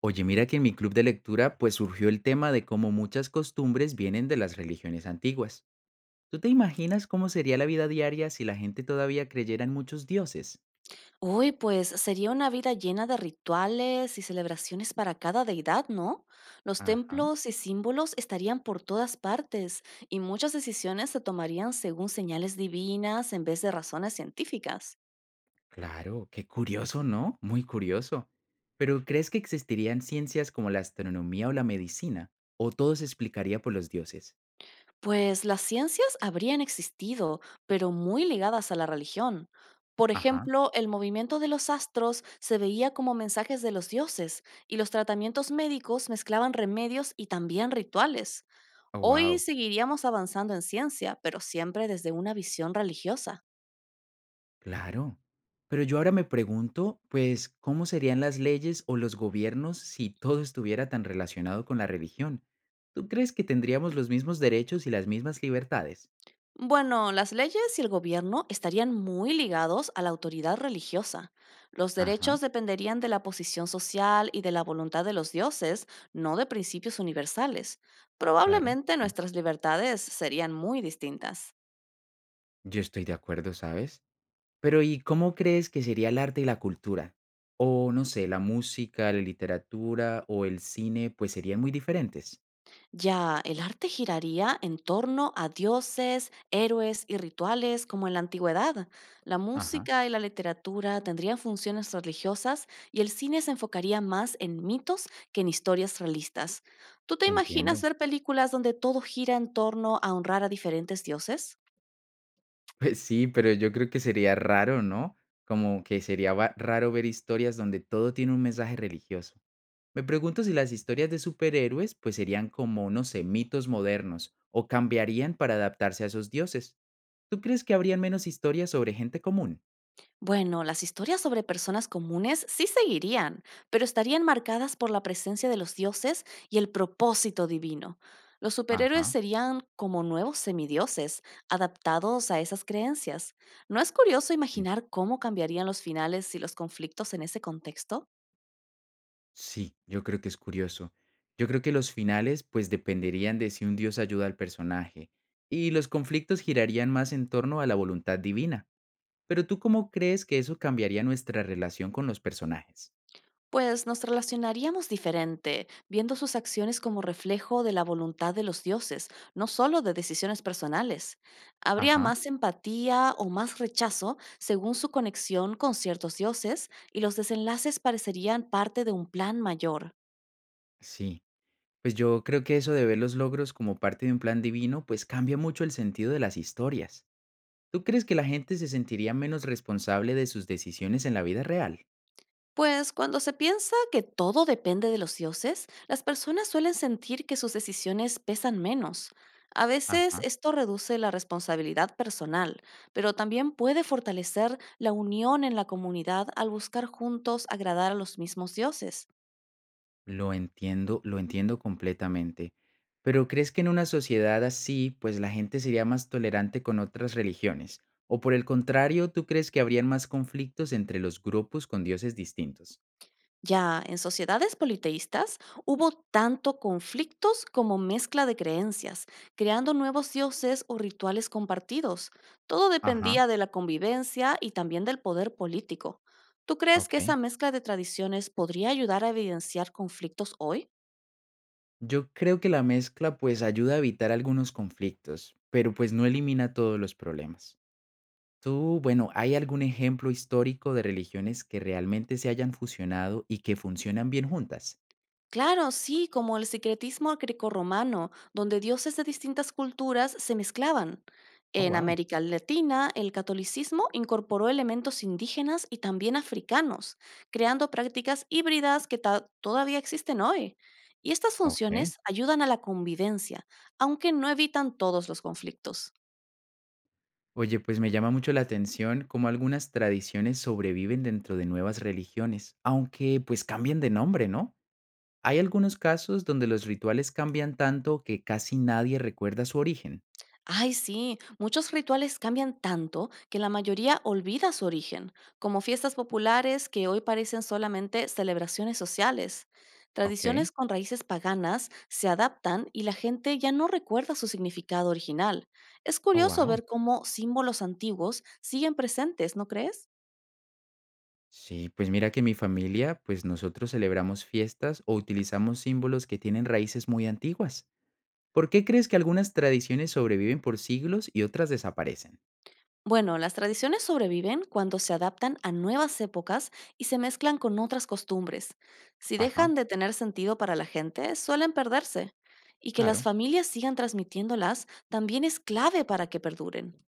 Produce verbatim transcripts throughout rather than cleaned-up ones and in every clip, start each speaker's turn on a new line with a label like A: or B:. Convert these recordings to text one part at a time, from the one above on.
A: Oye, mira que en mi club de lectura pues surgió el tema de cómo muchas costumbres vienen de las religiones antiguas. ¿Tú te imaginas cómo sería la vida diaria si la gente todavía creyera en muchos dioses?
B: Uy, pues sería una vida llena de rituales y celebraciones para cada deidad, ¿no? Los
A: Ajá,
B: templos y símbolos estarían por todas partes y muchas decisiones se tomarían según señales divinas en vez de razones científicas.
A: claro, qué curioso, ¿no? Muy curioso. Pero ¿crees que existirían ciencias como la astronomía o la medicina? ¿O todo se explicaría por los dioses?
B: Pues las ciencias habrían existido, pero muy ligadas a la religión. Por
A: Ajá,
B: ejemplo, el movimiento de los astros se veía como mensajes de los dioses y los tratamientos médicos mezclaban remedios y también rituales.
A: oh,
B: Hoy
A: wow.
B: seguiríamos avanzando en ciencia, pero siempre desde una visión religiosa.
A: Claro. Pero yo ahora me pregunto, pues, ¿cómo serían las leyes o los gobiernos si todo estuviera tan relacionado con la religión? ¿Tú crees que tendríamos los mismos derechos y las mismas libertades?
B: Bueno, las leyes y el gobierno estarían muy ligados a la autoridad religiosa. Los derechos
A: Ajá,
B: dependerían de la posición social y de la voluntad de los dioses, no de principios universales.
A: claro,
B: Probablemente
A: sí.
B: nuestras libertades serían muy distintas.
A: Yo estoy de acuerdo, ¿sabes? Pero ¿y cómo crees que sería el arte y la cultura? O no sé, la música, la literatura o el cine, pues serían muy diferentes.
B: Ya, el arte giraría en torno a dioses, héroes y rituales como en la antigüedad. La
A: Ajá,
B: música y la literatura tendrían funciones religiosas y el cine se enfocaría más en mitos que en historias realistas. ¿Tú te imaginas
A: entiendo.
B: ver películas donde todo gira en torno a honrar a diferentes dioses?
A: Pues sí, pero yo creo que sería raro, ¿no? Como que sería va- raro ver historias donde todo tiene un mensaje religioso. Me pregunto si las historias de superhéroes pues serían como, no sé, mitos modernos o cambiarían para adaptarse a esos dioses. ¿Tú crees que habrían menos historias sobre gente común?
B: Bueno, las historias sobre personas comunes sí seguirían, pero estarían marcadas por la presencia de los dioses y el propósito divino. Los superhéroes
A: Ajá.
B: serían como nuevos semidioses, adaptados a esas creencias. ¿No es curioso
A: Sí,
B: imaginar cómo cambiarían los finales y los conflictos en ese contexto?
A: Sí, yo creo que es curioso. Yo creo que los finales pues dependerían de si un dios ayuda al personaje y los conflictos girarían más en torno a la voluntad divina. Pero tú, ¿cómo crees que eso cambiaría nuestra relación con los personajes?
B: Pues nos relacionaríamos diferente, viendo sus acciones como reflejo de la voluntad de los dioses, no solo de decisiones personales. Habría
A: Ajá,
B: más empatía o más rechazo según su conexión con ciertos dioses y los desenlaces parecerían parte de un plan mayor.
A: sí, pues yo creo que eso de ver los logros como parte de un plan divino, pues cambia mucho el sentido de las historias. ¿Tú crees que la gente se sentiría menos responsable de sus decisiones en la vida real?
B: Pues cuando se piensa que todo depende de los dioses, las personas suelen sentir que sus decisiones pesan menos. A veces
A: Ajá.
B: esto reduce la responsabilidad personal, pero también puede fortalecer la unión en la comunidad al buscar juntos agradar a los mismos dioses.
A: Lo entiendo, lo entiendo completamente. Pero ¿crees que en una sociedad así, pues la gente sería más tolerante con otras religiones? ¿O por el contrario, tú crees que habrían más conflictos entre los grupos con dioses distintos?
B: Ya en sociedades politeístas hubo tanto conflictos como mezcla de creencias, creando nuevos dioses o rituales compartidos. Todo dependía
A: Ajá,
B: de la convivencia y también del poder político. ¿Tú crees que
A: ok.
B: esa mezcla de tradiciones podría ayudar a evidenciar conflictos hoy?
A: Yo creo que la mezcla pues ayuda a evitar algunos conflictos, pero pues no elimina todos los problemas. Tú, bueno, ¿hay algún ejemplo histórico de religiones que realmente se hayan fusionado y que funcionan bien juntas?
B: Claro, sí, como el secretismo grecorromano, donde dioses de distintas culturas se mezclaban.
A: Oh,
B: En
A: wow.
B: América Latina, el catolicismo incorporó elementos indígenas y también africanos, creando prácticas híbridas que ta- todavía existen hoy. Y estas
A: Ok.
B: funciones ayudan a la convivencia, aunque no evitan todos los conflictos.
A: Oye, pues me llama mucho la atención cómo algunas tradiciones sobreviven dentro de nuevas religiones, aunque pues cambien de nombre, ¿no? Hay algunos casos donde los rituales cambian tanto que casi nadie recuerda su origen.
B: Ay, sí, muchos rituales cambian tanto que la mayoría olvida su origen, como fiestas populares que hoy parecen solamente celebraciones sociales.
A: Ok.
B: Tradiciones con raíces paganas se adaptan y la gente ya no recuerda su significado original. Es
A: Oh,
B: curioso
A: wow.
B: ver cómo símbolos antiguos siguen presentes, ¿no crees?
A: Sí, pues mira que en mi familia, pues nosotros celebramos fiestas o utilizamos símbolos que tienen raíces muy antiguas. ¿Por qué crees que algunas tradiciones sobreviven por siglos y otras desaparecen?
B: Bueno, las tradiciones sobreviven cuando se adaptan a nuevas épocas y se mezclan con otras costumbres. Si dejan
A: Ajá,
B: de tener sentido para la gente, suelen perderse. Y que las
A: claro,
B: familias sigan transmitiéndolas también es clave para que perduren.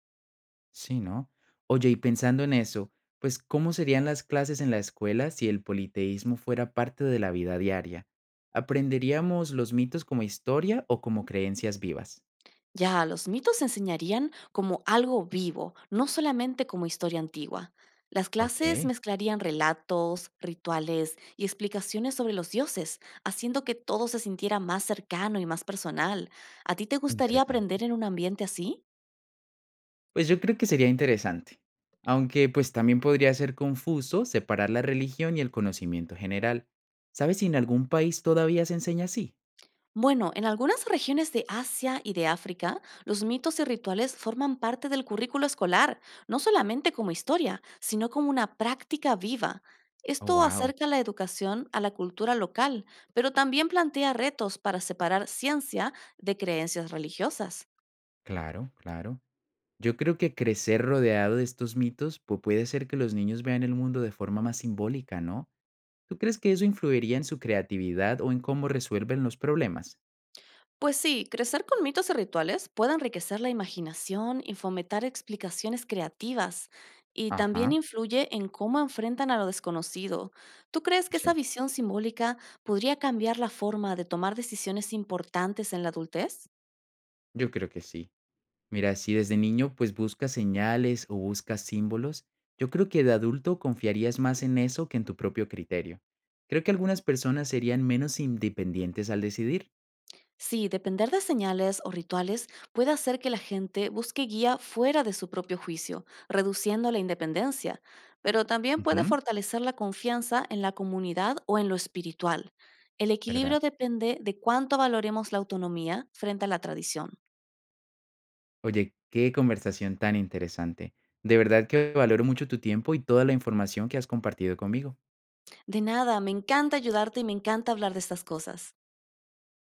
A: sí, ¿no? Oye, y pensando en eso, pues ¿cómo serían las clases en la escuela si el politeísmo fuera parte de la vida diaria? ¿Aprenderíamos los mitos como historia o como creencias vivas?
B: Ya, los mitos se enseñarían como algo vivo, no solamente como historia antigua. Las clases
A: Ok,
B: mezclarían relatos, rituales y explicaciones sobre los dioses, haciendo que todo se sintiera más cercano y más personal. ¿A ti te gustaría
A: interesante.
B: aprender en un ambiente así?
A: Pues yo creo que sería interesante, aunque pues también podría ser confuso separar la religión y el conocimiento general. ¿Sabes si en algún país todavía se enseña así?
B: Bueno, en algunas regiones de Asia y de África, los mitos y rituales forman parte del currículo escolar, no solamente como historia, sino como una práctica viva.
A: Oh,
B: Esto
A: wow,
B: acerca la educación a la cultura local, pero también plantea retos para separar ciencia de creencias religiosas.
A: claro, claro. Yo creo que crecer rodeado de estos mitos pues puede ser que los niños vean el mundo de forma más simbólica, ¿no? ¿Tú crees que eso influiría en su creatividad o en cómo resuelven los problemas?
B: Pues sí, crecer con mitos y rituales puede enriquecer la imaginación y fomentar explicaciones creativas, y también
A: Ajá,
B: influye en cómo enfrentan a lo desconocido. ¿Tú crees que esa
A: sí,
B: visión simbólica podría cambiar la forma de tomar decisiones importantes en la adultez?
A: yo creo que sí. Mira, si desde niño pues buscas señales o buscas símbolos, yo creo que de adulto confiarías más en eso que en tu propio criterio. Creo que algunas personas serían menos independientes al decidir.
B: Sí, depender de señales o rituales puede hacer que la gente busque guía fuera de su propio juicio, reduciendo la independencia, pero también puede
A: Ujú,
B: fortalecer la confianza en la comunidad o en lo espiritual. El
A: ¿verdad?
B: equilibrio depende de cuánto valoremos la autonomía frente a la tradición.
A: Oye, qué conversación tan interesante. De verdad que valoro mucho tu tiempo y toda la información que has compartido conmigo.
B: De nada, me encanta ayudarte y me encanta hablar de estas cosas.